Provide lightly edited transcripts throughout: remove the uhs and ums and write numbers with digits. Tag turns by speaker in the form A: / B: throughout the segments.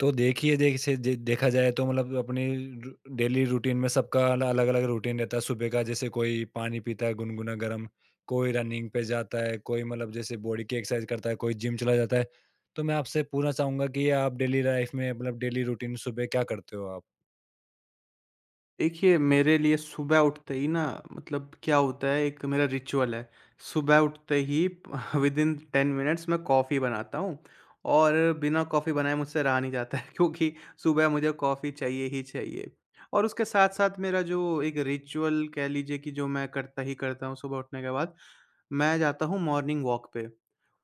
A: तो देखिए जैसे जे देखा जाए तो मतलब अपनी रू डेली रूटीन में सबका अला अलग-अलग रूटीन रहता है। सुबह का जैसे कोई पानी पीता है गुनगुना गरम, कोई रनिंग पे जाता है, कोई मतलब जैसे बॉडी की एक्सरसाइज करता है, कोई जिम चला जाता है। तो मैं आपसे पूछना चाहूँगा कि आप डेली लाइफ में मतलब डेली रूटीन सुबह क्या करते हो आप?
B: देखिए, मेरे लिए सुबह उठते ही ना मतलब क्या होता है एक मेरा रिचुअल है। सुबह उठते ही विदिन 10 मिनट्स मैं कॉफ़ी बनाता हूँ और बिना कॉफ़ी बनाए मुझसे रहा नहीं जाता है क्योंकि सुबह मुझे कॉफ़ी चाहिए ही चाहिए। और उसके साथ-साथ मेरा जो एक रिचुअल कह लीजिए कि जो मैं करता ही करता हूँ सुबह उठने के बाद, मैं जाता हूँ मॉर्निंग वॉक पे।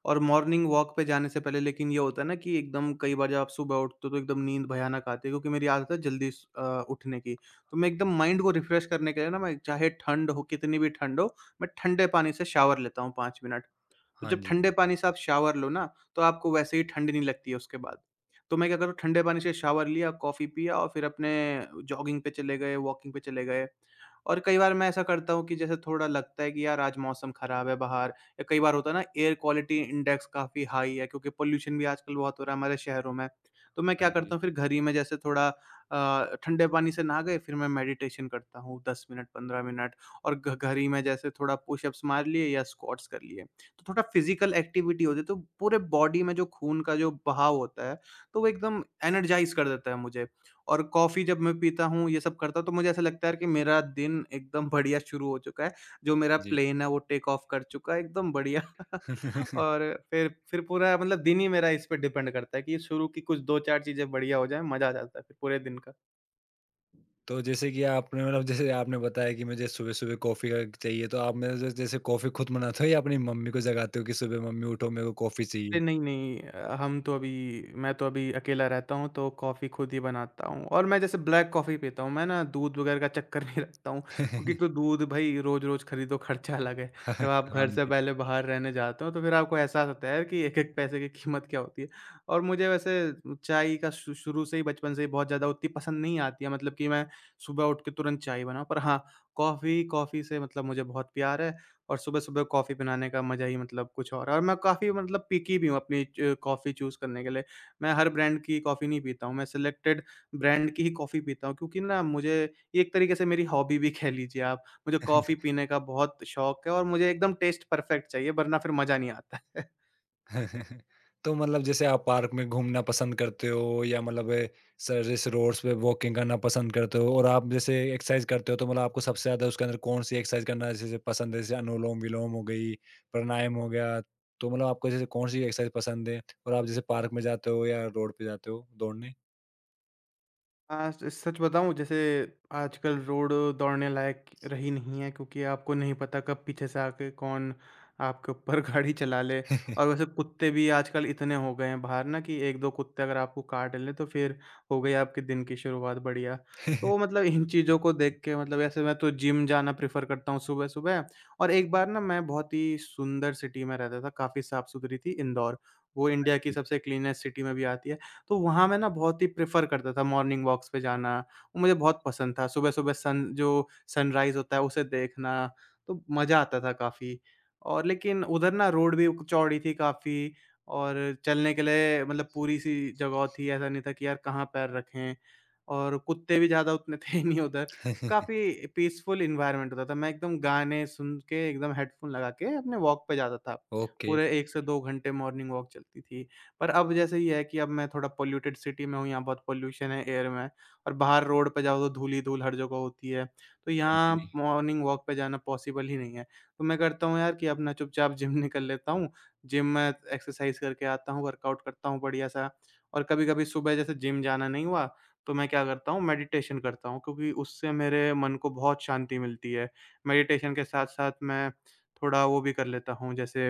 B: और मॉर्निंग वॉक पे जाने से पहले लेकिन ये होता है ना कि एकदम कई बार जब आप सुबह उठते हो तो एकदम नींद भयानक आती है क्योंकि मेरी आदत है जल्दी उठने की। तो मैं एकदम माइंड को रिफ्रेश करने के लिए ना, मैं चाहे ठंड हो कितनी भी ठंड हो, मैं ठंडे पानी से शावर लेता हूँ पाँच मिनट। तो
A: हाँ
B: जब
A: जी,
B: ठंडे पानी से आप शावर लो ना, तो आपको वैसे ही ठंड नहीं लगती है उसके बाद। तो मैं क्या करता हूँ, ठंडे पानी से शावर लिया, कॉफ़ी पिया और फिर अपने जॉगिंग पे चले गए, वॉकिंग पे चले गए। और कई बार मैं ऐसा करता हूँ कि जैसे थोड़ा लगता है कि यार आज मौसम ख़राब है बाहर, या कई बार होता है ना एयर क्वालिटी इंडेक्स काफ़ी हाई है क्योंकि पॉल्यूशन भी आजकल बहुत हो रहा है हमारे शहरों में। तो मैं
A: हाँ
B: क्या करता
A: जी,
B: हूँ फिर घर ही में जैसे थोड़ा ठंडे पानी से नहा गए, फिर मैं मेडिटेशन करता हूँ 10 मिनट, 15 मिनट और घ घर ही में जैसे थोड़ा पुशअप्स मार लिए या स्क्वाट्स कर लिए। तो थोड़ा फिजिकल एक्टिविटी होती है तो पूरे बॉडी में जो खून का जो बहाव होता है, तो वो एकदम एनर्जाइज कर देता है मुझे। और कॉफ़ी जब मैं पीता हूँ ये सब करता हूँ तो मुझे ऐसा लगता है कि मेरा दिन एकदम बढ़िया शुरू हो चुका है। जो मेरा
A: जी।
B: प्लेन है वो टेक ऑफ कर चुका है एकदम बढ़िया। और फिर पूरा मतलब दिन ही मेरा इस पे डिपेंड करता है कि शुरू की कुछ 2-4 चीज़ें बढ़िया हो जाएँ, मज़ा आ जाता है फिर पूरे दिन का।
A: तो जैसे कि आपने मतलब जैसे आपने बताया कि मुझे सुबह-सुबह कॉफ़ी चाहिए तो आप मतलब ज जैसे कॉफ़ी खुद बनाते हो या अपनी मम्मी को जगाते हो कि सुबह मम्मी उठो मेरे को कॉफ़ी
B: अरे
A: चाहिए?
B: नहीं, नहीं हम तो अभी मैं तो अभी अकेला रहता हूँ तो कॉफ़ी खुद ही बनाता हूँ और मैं जैसे ब्लैक कॉफ़ी पीता हूँ, मैं ना दूध वगैरह का चक्कर नहीं रखता हूँ क्योंकि एक तो दूध भई रोज़-रोज़ खरीदो, खर्चा अलग है। जब आप
A: हाँ
B: घर से
A: जी।
B: पहले बाहर रहने जाते हो तो फिर आपको एहसास होता है यार कि एक-एक पैसे की कीमत क्या होती है। और मुझे वैसे चाय का शु शुरू से ही बचपन से ही बहुत ज़्यादा उतनी पसंद नहीं आती है, मतलब कि मैं सुबह उठ के तुरंत चाय बनाऊँ। पर हाँ, कॉफ़ी कॉफ़ी से मतलब मुझे बहुत प्यार है। और सुबह-सुबह कॉफ़ी बनाने का मज़ा ही मतलब कुछ और है, और मैं काफ़ी मतलब पिकी भी हूँ अपनी च कॉफ़ी चूज़ करने के लिए। मैं हर ब्रांड की कॉफ़ी नहीं पीता हूँ, मैं सिलेक्टेड ब्रांड की ही कॉफ़ी पीता हूँ क्योंकि ना मुझे ये एक तरीके से मेरी हॉबी भी कह लीजिए आप। मुझे कॉफ़ी पीने का बहुत शौक है और मुझे एकदम टेस्ट परफेक्ट चाहिए वरना फिर मज़ा नहीं आता।
A: तो मतलब जैसे आप पार्क में घूमना पसंद करते हो या मतलब सर जैसे रोड्स पे वॉकिंग करना पसंद करते हो और आप जैसे एक्सरसाइज करते हो तो मतलब आपको सबसे ज्यादा उसके अंदर कौन सी एक्सरसाइज करना जैसे पसंद है जैसे अनुलोम विलोम हो गई प्राणायाम हो गया तो मतलब आपको जैसे कौन सी एक्सरसाइज पसंद है और आप जैसे पार्क में जाते हो या रोड पे जाते हो दौड़ने।
B: हाँ, स सच बताऊँ जैसे आजकल रोड दौड़ने लायक रही नहीं है क्योंकि आपको नहीं पता कब पीछे से आके कौन आपके ऊपर गाड़ी चला ले। और वैसे कुत्ते भी आजकल इतने हो गए हैं बाहर ना कि 1-2 कुत्ते अगर आपको काट लें तो फिर हो गई आपके दिन की शुरुआत बढ़िया। तो मतलब इन चीज़ों को देख के मतलब ऐसे मैं तो जिम जाना प्रेफ़र करता हूँ सुबह-सुबह। और एक बार ना मैं बहुत ही सुंदर सिटी में रहता था, काफ़ी साफ़-सुथरी थी इंदौर। वो इंडिया की
A: जी,
B: सबसे क्लीनेस्ट सिटी में भी आती है। तो वहाँ मैं ना बहुत ही प्रेफ़र करता था मॉर्निंग वॉक्स पे जाना, वो मुझे बहुत पसंद था। सुबह-सुबह सन जो सनराइज़ होता है उसे देखना, तो मज़ा आता था काफ़ी। और लेकिन उधर ना रोड भी चौड़ी थी काफ़ी और चलने के लिए मतलब पूरी-सी जगह थी, ऐसा नहीं था कि यार कहाँ पैर रखें। और कुत्ते भी ज़्यादा उतने थे नहीं उधर। काफ़ी पीसफुल एनवायरनमेंट होता था। मैं एकदम गाने सुन के एकदम हेडफ़ोन लगा के अपने वॉक पे जाता था।
A: ओके।
B: पूरे 1 से 2 घंटे मॉर्निंग वॉक चलती थी। पर अब जैसे ये है कि अब मैं थोड़ा पॉल्यूटेड सिटी में हूँ, यहाँ बहुत पॉल्यूशन है एयर में और बाहर रोड पे जाओ तो धूल ही धूल हर जगह होती है। तो
A: हाँ
B: यहाँ
A: जी।
B: मॉर्निंग वॉक पे जाना पॉसिबल ही नहीं है। तो मैं करता हूँ यार कि अपना चुपचाप जिम निकल लेता हूँ, जिम में एक्सरसाइज़ करके आता हूँ, वर्कआउट करता हूँ बढ़िया-सा। और कभी-कभी सुबह जैसे जिम जाना नहीं हुआ, तो मैं क्या करता हूँ मेडिटेशन करता हूँ क्योंकि उससे मेरे मन को बहुत शांति मिलती है। मेडिटेशन के साथ-साथ मैं थोड़ा वो भी कर लेता हूँ जैसे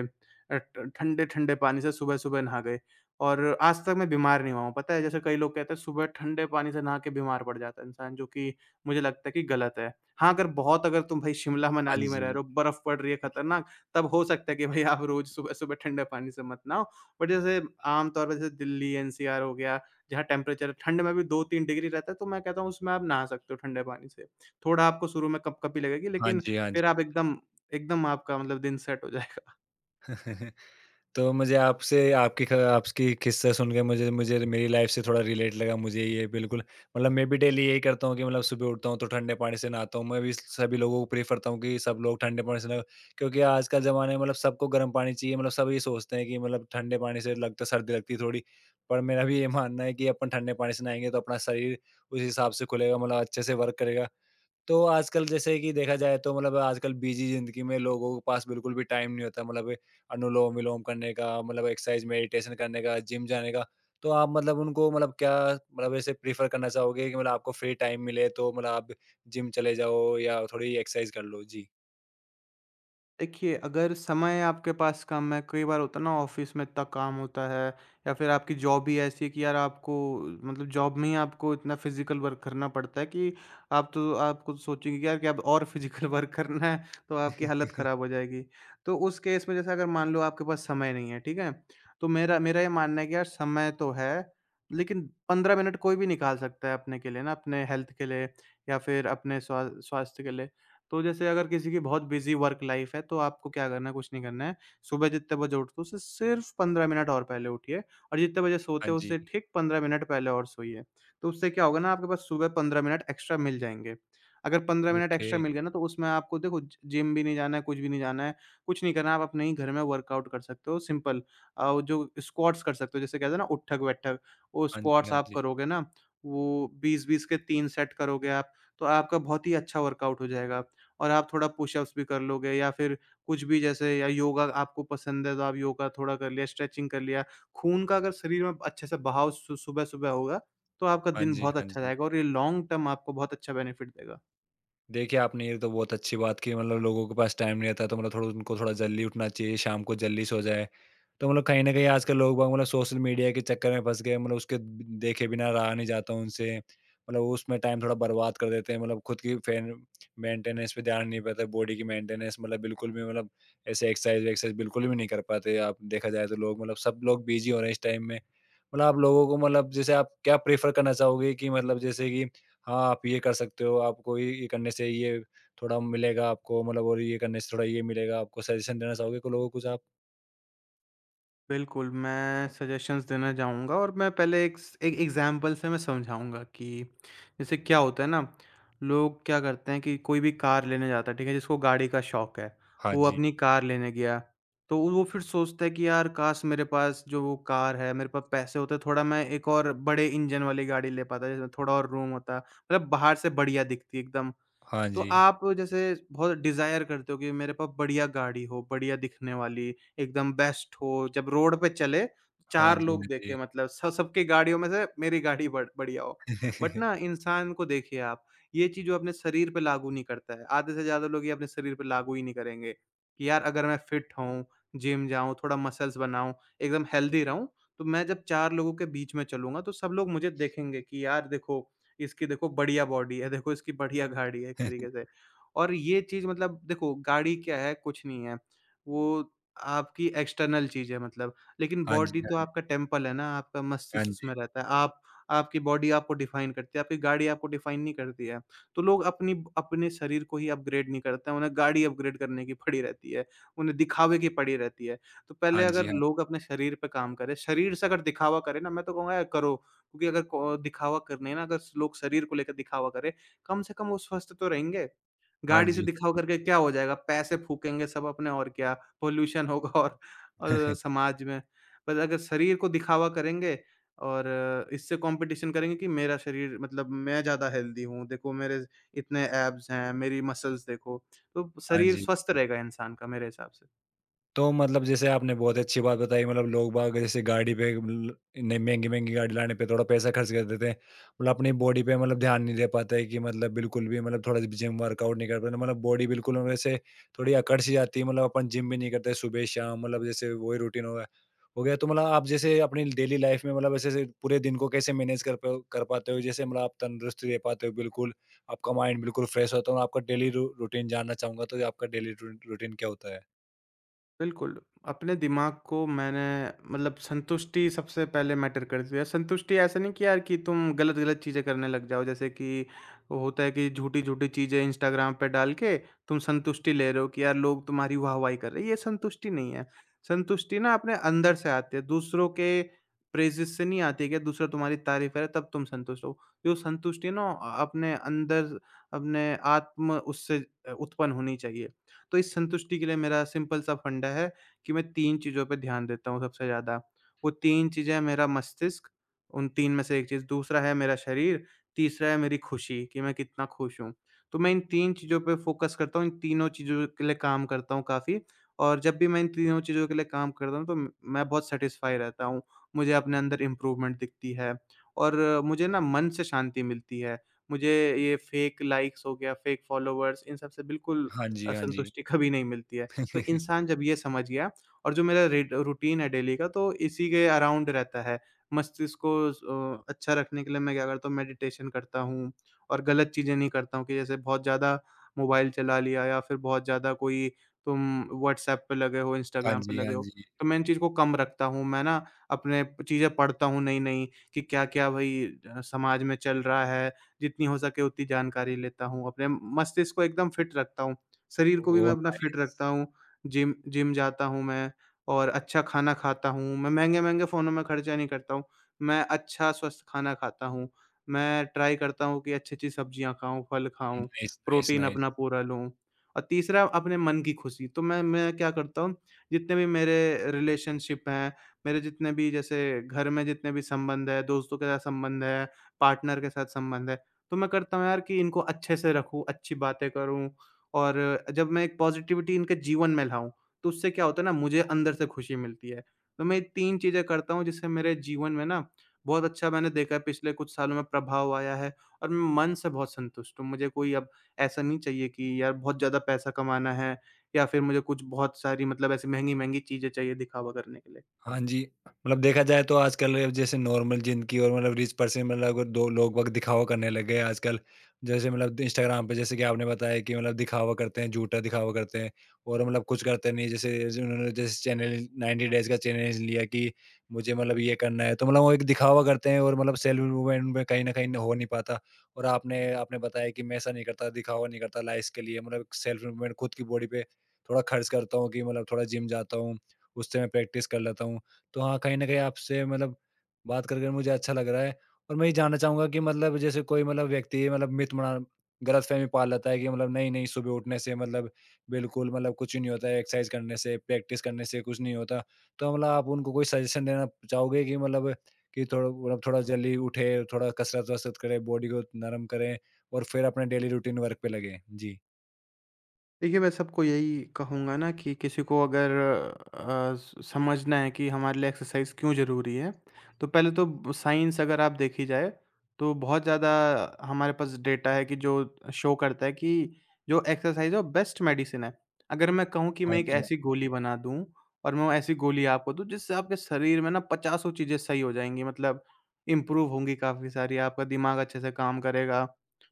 B: अ, ठ ठंडे-ठंडे पानी से सुबह-सुबह नहा गए। और आज तक मैं बीमार नहीं हुआ हूँ, पता है? जैसे कई लोग कहते हैं सुबह ठंडे पानी से नहा के बीमार पड़ जाता है इंसान, जो कि मुझे लगता है कि गलत है। हाँ, अगर तुम भई शिमला,
A: हाँ
B: मनाली में रह रहे
A: जी।
B: हो, बर्फ़ पड़ रही है खतरनाक, तब हो सकता है कि भई आप रोज़ सुबह-सुबह ठंडे पानी से मत नहाओ। बट जैसे आम तौर पे जैसे दिल्ली, एनसीआर हो गया, जहाँ टेम्परेचर ठंड में भी 2-3 डिग्री रहता है, तो मैं कहता हूँ उसमें आप नहा सकते हो ठंडे पानी से। थोड़ा आपको शुरू में कँपकँपी लगेगी
A: हाँ
B: लेकिन
A: जी। हाँ जी।
B: फिर आप एकदम एकदम आपका मतलब दिन सेट हो जाएगा।
A: तो मुझे आपसे आपकी ख आपकी किस्सा सुन के मुझे मुझे मेरी लाइफ से थोड़ा रिलेट लगा मुझे ये बिल्कुल। मतलब मैं भी डेली यही करता हूँ कि मतलब सुबह उठता हूँ तो ठंडे पानी से नहाता हूँ। मैं भी सभी लोगों को प्रेफ़र करता हूँ कि सब लोग ठंडे पानी से नहाओ क्योंकि आज का ज़माना है मतलब सबको गर्म पानी चाहिए मतलब सब ये सोचते हैं कि मतलब ठंडे पानी से लगता सर्दी लगती है थोड़ी। पर मेरा भी ये मानना है कि अपन ठंडे पानी से नहाएँगे तो अपना शरीर उस हिसाब से खुलेगा मतलब अच्छे से वर्क करेगा। तो आजकल जैसे कि देखा जाए तो मतलब आजकल बिजी जिंदगी में लोगों के पास बिल्कुल भी टाइम नहीं होता मतलब अनुलोम विलोम करने का मतलब एक्सरसाइज मेडिटेशन करने का जिम जाने का तो आप मतलब उनको मतलब क्या मतलब ऐसे प्रीफर करना चाहोगे कि मतलब आपको फ्री टाइम मिले तो मतलब आप जिम चले जाओ या थोड़ी एक्सरसाइज कर लो जी।
B: देखिए, अगर समय आपके पास कम है, कई बार होता है ना ऑफ़िस में इतना काम होता है या फिर आपकी जॉब ही ऐसी है कि यार आपको मतलब जॉब में ही आपको इतना फ़िज़िकल वर्क करना पड़ता है कि आप, तो आप खुद सोचेंगे कि यार कि अब और फ़िज़िकल वर्क करना है, तो आपकी हालत ख़राब हो जाएगी। तो उस केस में जैसे अगर मान लो आपके पास समय नहीं है, ठीक है? तो मेरा मेरा ये मानना है कि यार समय तो है, लेकिन 15 मिनट कोई भी निकाल सकता है अपने के लिए ना, अपने हेल्थ के लिए या फिर अपने स्वास्थ्य के लिए। तो जैसे अगर किसी की बहुत बिज़ी वर्क लाइफ़ है, तो आपको क्या करना है, कुछ नहीं करना है। सुबह जितने बजे उठते हो, उससे सिर्फ़ 15 मिनट और पहले उठिए और जितने बजे
A: हाँ
B: सोते हो,
A: जी।
B: उससे ठीक 15 मिनट पहले और सोइए। तो उससे क्या होगा ना, आपके पास सुबह 15 मिनट एक्स्ट्रा मिल जाएँगे। अगर 15 मिनट
A: ओके।
B: एक्स्ट्रा मिल गए ना, तो उसमें आपको देखो ज जिम भी नहीं जाना है, कुछ भी नहीं जाना है, कुछ नहीं करना है। आप अपने ही घर में वर्कआउट कर सकते हो सिंपल। वो जो स्क्वाट्स कर सकते हो, जैसे कहते हैं ना उठक-बैठक, वो
A: हाँ जी।
B: स्क्वाट्स
A: हाँ
B: आप
A: जी।
B: करोगे ना, वो 20-20 के 3 सेट करोगे आप, तो आपका बहुत ही अच्छा वर्कआउट हो जाएगा। और आप थोड़ा पुशअप्स भी कर लोगे या फिर कुछ भी जैसे, या योगा आपको पसंद है तो आप योगा थोड़ा कर लिया, स्ट्रेचिंग कर लिया। खून का अगर शरीर में अच्छे से बहाव सु सुबह-सुबह होगा, तो आपका
A: हाँ
B: दिन
A: जी।
B: बहुत
A: हाँ
B: अच्छा
A: जी।
B: जाएगा और ये लॉन्ग टर्म आपको बहुत अच्छा बेनिफिट देगा।
A: देखिए, आपने ये तो बहुत अच्छी बात की मतलब लोगों के पास टाइम नहीं रहता तो मतलब थोड़ा उनको थोड़ा जल्दी उठना चाहिए, शाम को जल्दी सो जाए। तो मतलब कहीं न कहीं आजकल लोग बाग मतलब सोशल मीडिया के चक्कर में फँस गए मतलब उसके देखे बिना रहा नहीं जाता उनसे। मतलब उसमें टाइम थोड़ा बर्बाद कर देते हैं मतलब खुद की फैन मेंटेनेंस पे ध्यान नहीं पाता बॉडी की मेंटेनेंस मतलब बिल्कुल भी मतलब ऐसे एक्सरसाइज़-वेक्सरसाइज़ बिल्कुल भी नहीं कर पाते। आप देखा जाए तो लोग मतलब सब लोग बिज़ी हो रहे हैं इस टाइम में। मतलब आप लोगों को मतलब जैसे आप क्या प्रेफ़र करना चाहोगे कि मतलब जैसे कि हाँ, आप ये कर सकते हो, आपको ये करने से ये थोड़ा मिलेगा आपको मतलब और ये करने से थोड़ा ये मिलेगा, आपको सजेशन देना चाहोगे को लोगों को कुछ आप?
B: बिल्कुल, मैं सजेशंस देना चाहूँगा और मैं पहले एक स एक एग्ज़ाम्पल से मैं समझाऊँगा कि जैसे क्या होता है ना, लोग क्या करते हैं कि कोई भी कार लेने जाता है, ठीक है? जिसको गाड़ी का शौक है,
A: हाँ
B: वो
A: जी।
B: अपनी कार लेने गया, तो वो फिर सोचता है कि यार काश मेरे पास जो वो कार है, मेरे पास पैसे होते थोड़ा मैं एक और बड़े इंजन वाली गाड़ी ले पाता, जिसमें थोड़ा और रूम होता। मतलब बाहर से बढ़िया दिखती एकदम।
A: हाँ
B: तो
A: जी।
B: आप जैसे बहुत डिज़ायर करते हो कि मेरे पास बढ़िया गाड़ी हो, बढ़िया दिखने वाली, एकदम बेस्ट हो, जब रोड पे चले
A: हाँ
B: 4
A: जी, हाँ
B: लोग देखें
A: जी।
B: मतलब स सबकी गाड़ियों में से मेरी गाड़ी बड़ बढ़िया हो। बट ना इंसान को देखिए आप, ये चीज़ जो अपने शरीर पे लागू नहीं करता है, आधे से ज़्यादा लोग ये अपने शरीर पे लागू ही नहीं करेंगे कि यार अगर मैं फिट हूँ, जिम जाऊँ, थोड़ा मसल्स बनाऊँ, एकदम हेल्दी रहूँ, तो मैं जब 4 लोगों के बीच में चलूँगा तो सब लोग मुझे देखेंगे कि यार देखो इसकी देखो बढ़िया बॉडी है, देखो इसकी बढ़िया गाड़ी है एक तरीके से। और ये चीज़ मतलब देखो गाड़ी क्या है कुछ नहीं है, वो आपकी एक्सटर्नल चीज़ है मतलब, लेकिन
A: हाँ जी,
B: बॉडी तो
A: हाँ जी।
B: आपका टेम्पल है ना, आपका
A: हाँ
B: मस्तिष्क
A: जी।
B: उसमें रहता है। आप आपकी बॉडी आपको डिफाइन करती है, आपकी गाड़ी आपको डिफाइन नहीं करती है। तो लोग अपनी अपने शरीर को ही अपग्रेड नहीं करते हैं, उन्हें गाड़ी अपग्रेड करने की पड़ी रहती है, उन्हें दिखावे की पड़ी रहती है। तो पहले
A: हाँ जी,
B: अगर
A: हाँ।
B: लोग अपने शरीर पे काम करें, शरीर से अगर दिखावा करें ना मैं तो कहूँगा यार करो क्योंकि अगर को दिखावा करने हैं ना अगर लोग शरीर को लेकर दिखावा करें, कम से कम वो स्वस्थ तो रहेंगे।
A: हाँ
B: गाड़ी से
A: जी, हाँ
B: दिखावा
A: जी।
B: करके क्या हो जाएगा? पैसे फूकेंगे सब अपने और क्या, पॉल्यूशन होगा और समाज में। पर अगर शरीर को दिखावा करेंगे और इससे कॉम्पिटिशन करेंगे कि मेरा शरीर मतलब मैं ज़्यादा हेल्दी हूँ, देखो मेरे इतने एब्स हैं, मेरी मसल्स देखो। तो
A: हाँ
B: शरीर
A: जी।
B: स्वस्थ रहेगा इंसान का मेरे हिसाब से।
A: तो मतलब जैसे आपने बहुत अच्छी बात बताई मतलब लोग बाग जैसे गाड़ी पे इतने महंगी महंगी गाड़ी लाने पे थोड़ा पैसा खर्च कर देते हैं मतलब अपनी बॉडी पे मतलब ध्यान नहीं दे पाते कि मतलब बिल्कुल भी मतलब थोड़ा जिम वर्कआउट नहीं कर पाते मतलब बॉडी बिल्कुल वैसे थोड़ी अकड़ सी जाती है मतलब अपन जिम भी नहीं करते सुबह शाम मतलब जैसे वही रूटीन हो गया तो मतलब आप जैसे अपनी डेली लाइफ में मतलब ऐसे ऐसे पूरे दिन को कैसे मैनेज कर कर पाते हो जैसे मतलब आप तंदुरुस्त रह पाते हो बिल्कुल आपका माइंड बिल्कुल फ्रेश होता है और आपका डेली रूटीन जानना चाहूंगा तो आपका डेली रूटीन क्या होता है?
B: बिल्कुल, अपने दिमाग को मैंने मतलब संतुष्टि सबसे पहले मैटर करती है। संतुष्टि ऐसा नहीं कि यार कि तुम गलत-गलत चीज़ें करने लग जाओ, जैसे कि वो होता है कि झूठी-झूठी चीज़ें इंस्टाग्राम पे डाल के तुम संतुष्टि ले रहे हो कि यार लोग तुम्हारी वाह-वाही कर रहे हैं, ये संतुष्टि नहीं है। संतुष्टि ना अपने अंदर से आती है, दूसरों के प्रेज़ेज़ से नहीं आती है कि दूसरा तुम्हारी तारीफ़ करे तब तुम संतुष्ट हो। जो संतुष्टि है ना अपने अंदर अपने आत्म उससे उत्पन्न होनी चाहिए। तो इस संतुष्टि के लिए मेरा सिंपल सा फंडा है कि मैं 3 चीज़ों पे ध्यान देता हूँ सबसे ज़्यादा। वो 3 चीज़ें हैं मेरा मस्तिष्क, उन 3 में से 1 चीज़, दूसरा है मेरा शरीर, तीसरा है मेरी खुशी कि मैं कितना खुश हूँ। तो मैं इन 3 चीज़ों पे फ़ोकस करता हूँ, इन तीनों चीज़ों के लिए काम करता हूँ काफ़ी और जब भी मैं इन तीनों चीज़ों के लिए काम करता हूँ तो म मैं बहुत सैटिस्फाई रहता हूँ। मुझे अपने अंदर इम्प्रूवमेंट दिखती है और मुझे ना मन से शांति मिलती है। मुझे ये फेक लाइक्स हो गया, फेक फॉलोवर्स इन सब से बिल्कुल
A: हाँ जी, हाँ जी।
B: संतुष्टि कभी नहीं मिलती है। तो इंसान जब ये समझ गया और जो मेरा रेड रूटीन है डेली का तो इसी के अराउंड रहता है। मस्तिष्क को अच्छा रखने के लिए मैं क्या करता हूँ मेडिटेशन करता हूँ और गलत चीज़ें नहीं करता हूँ कि जैसे बहुत ज़्यादा मोबाइल चला लिया या फिर बहुत ज़्यादा कोई तुम व्हाट्सऐप पे लगे हो,
A: हाँ
B: इंस्टाग्राम पे
A: जी,
B: लगे
A: हाँ
B: हो।
A: जी।
B: तो मैं इन चीज़ को कम रखता हूँ। मैं ना अपने चीज़ें पढ़ता हूँ नई-नई कि क्या-क्या भई समाज में चल रहा है। जितनी हो सके उतनी जानकारी लेता हूँ। अपने मस्तिष्क को एकदम फिट रखता हूँ। शरीर को भी मैं
A: ओह
B: अपना फिट
A: नाइस!
B: रखता हूँ, जिम जिम जाता हूँ मैं और अच्छा खाना खाता हूँ, मैं महँगे-महँगे फ़ोनों में खर्चा नहीं करता हूँ, मैं अच्छा स्वस्थ खाना खाता हूँ। मैं ट्राई करता हूँ कि अच्छी-अच्छी सब्जियाँ खाऊँ, फल खाऊँ,
A: नाइस, नाइस,
B: प्रोटीन
A: नाइस।
B: अपना पूरा लूँ और तीसरा अपने मन की खुशी, तो मैं क्या करता हूँ, जितने भी मेरे रिलेशनशिप हैं, मेरे जितने भी जैसे घर में जितने भी संबंध हैं, दोस्तों के साथ संबंध है, पार्टनर के साथ संबंध है, तो मैं करता हूँ यार कि इनको अच्छे से रखूँ, अच्छी बातें करूँ और जब मैं एक पॉज़िटिविटी इनके जीवन में लाऊँ, तो उससे क्या होता है ना मुझे अंदर से खुशी मिलती है। तो मैं ये 3 चीज़ें करता हूँ जिससे मेरे जीवन में ना बहुत अच्छा मैंने देखा है पिछले कुछ सालों में प्रभाव आया है और मैं मन से बहुत संतुष्ट हूँ। मुझे कोई अब ऐसा नहीं चाहिए कि यार बहुत ज़्यादा पैसा कमाना है या फिर मुझे कुछ बहुत सारी मतलब ऐसी महँगी-महँगी चीज़ें चाहिए दिखावा करने के लिए।
A: हाँ जी, मतलब देखा जाए तो आजकल जैसे नॉर्मल ज़िंदगी और मतलब रिच पर्सन मतलब अगर दो लोग वक़्त दिखावा करने लग गए आजकल। जैसे मतलब इंस्टाग्राम पे जैसे कि आपने बताया कि मतलब दिखावा करते हैं, झूठा दिखावा करते हैं और मतलब कुछ करते नहीं। जैसे जैसे उन्होंने जैसे चैलेंज 90 डेज़ का चैलेंज लिया कि मुझे मतलब ये करना है, तो मतलब वो एक दिखावा करते हैं और मतलब सेल्फ इम्प्रूवमेंट में कहीं न कहीं हो नहीं पाता। और आपने आपने बताया कि मैं ऐसा नहीं करता, दिखावा नहीं करता लाइफ़ के लिए मतलब सेल्फ इम्प्रूवमेंट खुद की बॉडी पे थोड़ा खर्च करता हूँ कि मतलब थोड़ा जिम जाता हूँ। उससे मैं प्रैक्टिस कर लेता हूँ। तो हाँ, कहीं न कहीं आपसे मतलब बात कर मुझे अच्छा लग रहा है और मैं ये जानना चाहूँगा कि मतलब जैसे कोई मतलब व्यक्ति मतलब मिथ बना गलतफ़हमी पाल लेता है कि मतलब नहीं-नहीं सुबह उठने से मतलब बिल्कुल मतलब कुछ नहीं होता है, एक्सरसाइज़ करने से, प्रैक्टिस करने से कुछ नहीं होता। तो मतलब आप उनको कोई सजेशन देना चाहोगे कि मतलब कि थोड़ा मतलब थोड़ा जल्दी उठे, थोड़ा कसरत-वसरत करें, बॉडी को नरम करें और फिर अपने डेली रूटीन वर्क पे लगें? जी।
B: देखिए, मैं सबको यही कहूँगा ना कि किसी को अगर अ, स समझना है कि हमारे लिए एक्सरसाइज़ क्यों ज़रूरी है, तो पहले तो साइंस अगर आप देखी जाए, तो बहुत ज़्यादा हमारे पास डेटा है कि जो शो करता है कि जो एक्सरसाइज़ है वो बेस्ट मेडिसिन है। अगर मैं कहूँ कि
A: हाँ
B: मैं एक
A: जी,
B: ऐसी गोली बना दूँ और मैं वो ऐसी गोली आपको दूँ जिससे आपके शरीर में ना पचासों चीज़ें सही हो जाएँगी मतलब इम्प्रूव होंगी काफ़ी सारी, आपका दिमाग अच्छे से काम करेगा।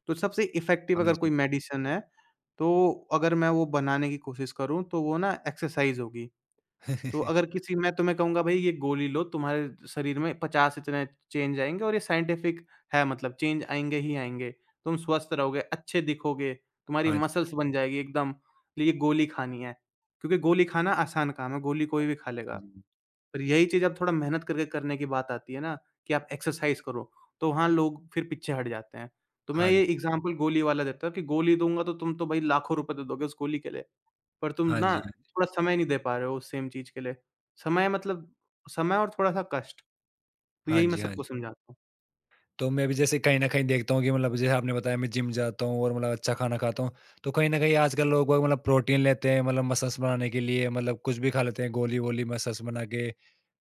B: तो सबसे इफ़ेक्टिव
A: हाँ
B: अगर कोई
A: जी।
B: मेडिसिन है तो अगर मैं वो बनाने की कोशिश करूँ, तो वो ना एक्सरसाइज़ होगी। तो अगर किसी मैं तुम्हें कहूँगा भई ये गोली लो, तुम्हारे शरीर में 50 इतने चेंज आएँगे और ये साइंटिफ़िक है मतलब चेंज आएँगे ही आएँगे। तुम स्वस्थ रहोगे, अच्छे दिखोगे, तुम्हारी
A: हाँ जी,
B: मसल्स बन जाएगी एकदम, ये गोली खानी है। क्योंकि गोली खाना आसान काम है, गोली कोई भी खा
A: हाँ
B: लेगा।
A: जी।
B: पर यही चीज़ अब थोड़ा मेहनत करके करने की बात आती है ना कि आप एक्सरसाइज़ करो, तो वहाँ लोग फिर पीछे हट जाते हैं। तो मैं
A: हाँ जी,
B: ये एग्ज़ाम्पल गोली वाला देता हूँ कि गोली दूँगा तो तुम तो भाई लाखों रुपए दे दोगे उस गोली के लिए, पर तुम
A: हाँ
B: ना
A: जी।
B: थोड़ा समय नहीं दे पा रहे हो उस सेम चीज़ के लिए। समय मतलब समय और थोड़ा-सा कष्ट, तो
A: हाँ
B: यही मैं
A: जी, हाँ जी।
B: सबको समझाता हूँ।
A: तो मैं भी जैसे कहीं न कहीं देखता हूँ कि मतलब जैसे आपने बताया मैं जिम जाता हूँ और मतलब अच्छा खाना खाता हूँ। तो कहीं न कहीं आजकल लोग बाग मतलब प्रोटीन लेते हैं मतलब मसल्स बनाने के लिए मतलब कुछ भी खा लेते हैं गोली-वोली मसल्स बना के,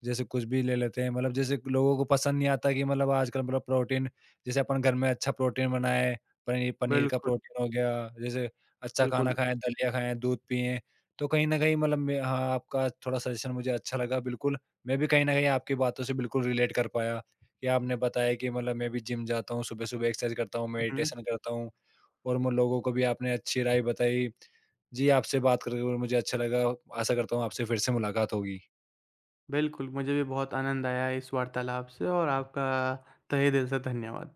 A: जैसे कुछ भी ले लेते हैं। मतलब जैसे लोगों को पसंद नहीं आता कि मतलब आजकल मतलब प्रोटीन जैसे अपन घर में अच्छा प्रोटीन बनाएँ, पनीर पनीर का
B: बिल्कुल,
A: प्रोटीन हो गया, जैसे अच्छा
B: बिल्कुल।
A: खाना खाएँ, दलिया खाएँ, दूध पिएँ। तो कहीं न कहीं मतलब मैं हाँ, आपका थोड़ा सजेशन मुझे अच्छा लगा बिल्कुल। मैं भी कहीं न कहीं आपकी बातों से बिल्कुल रिलेट कर पाया। कि आपने बताया कि मतलब मैं भी जिम जाता हूँ, सुबह-सुबह एक्सरसाइज करता हूँ,
B: हुँ, हुँ।
A: मेडिटेशन करता हूँ और मैं लोगों को भी आपने अच्छी राय बताई। जी, आपसे बात करके मुझे अच्छा लगा। आशा करता हूँ आपसे फिर से मुलाकात होगी।
B: बिल्कुल, मुझे भी बहुत आनंद आया इस वार्तालाप से और आपका तहे दिल से धन्यवाद।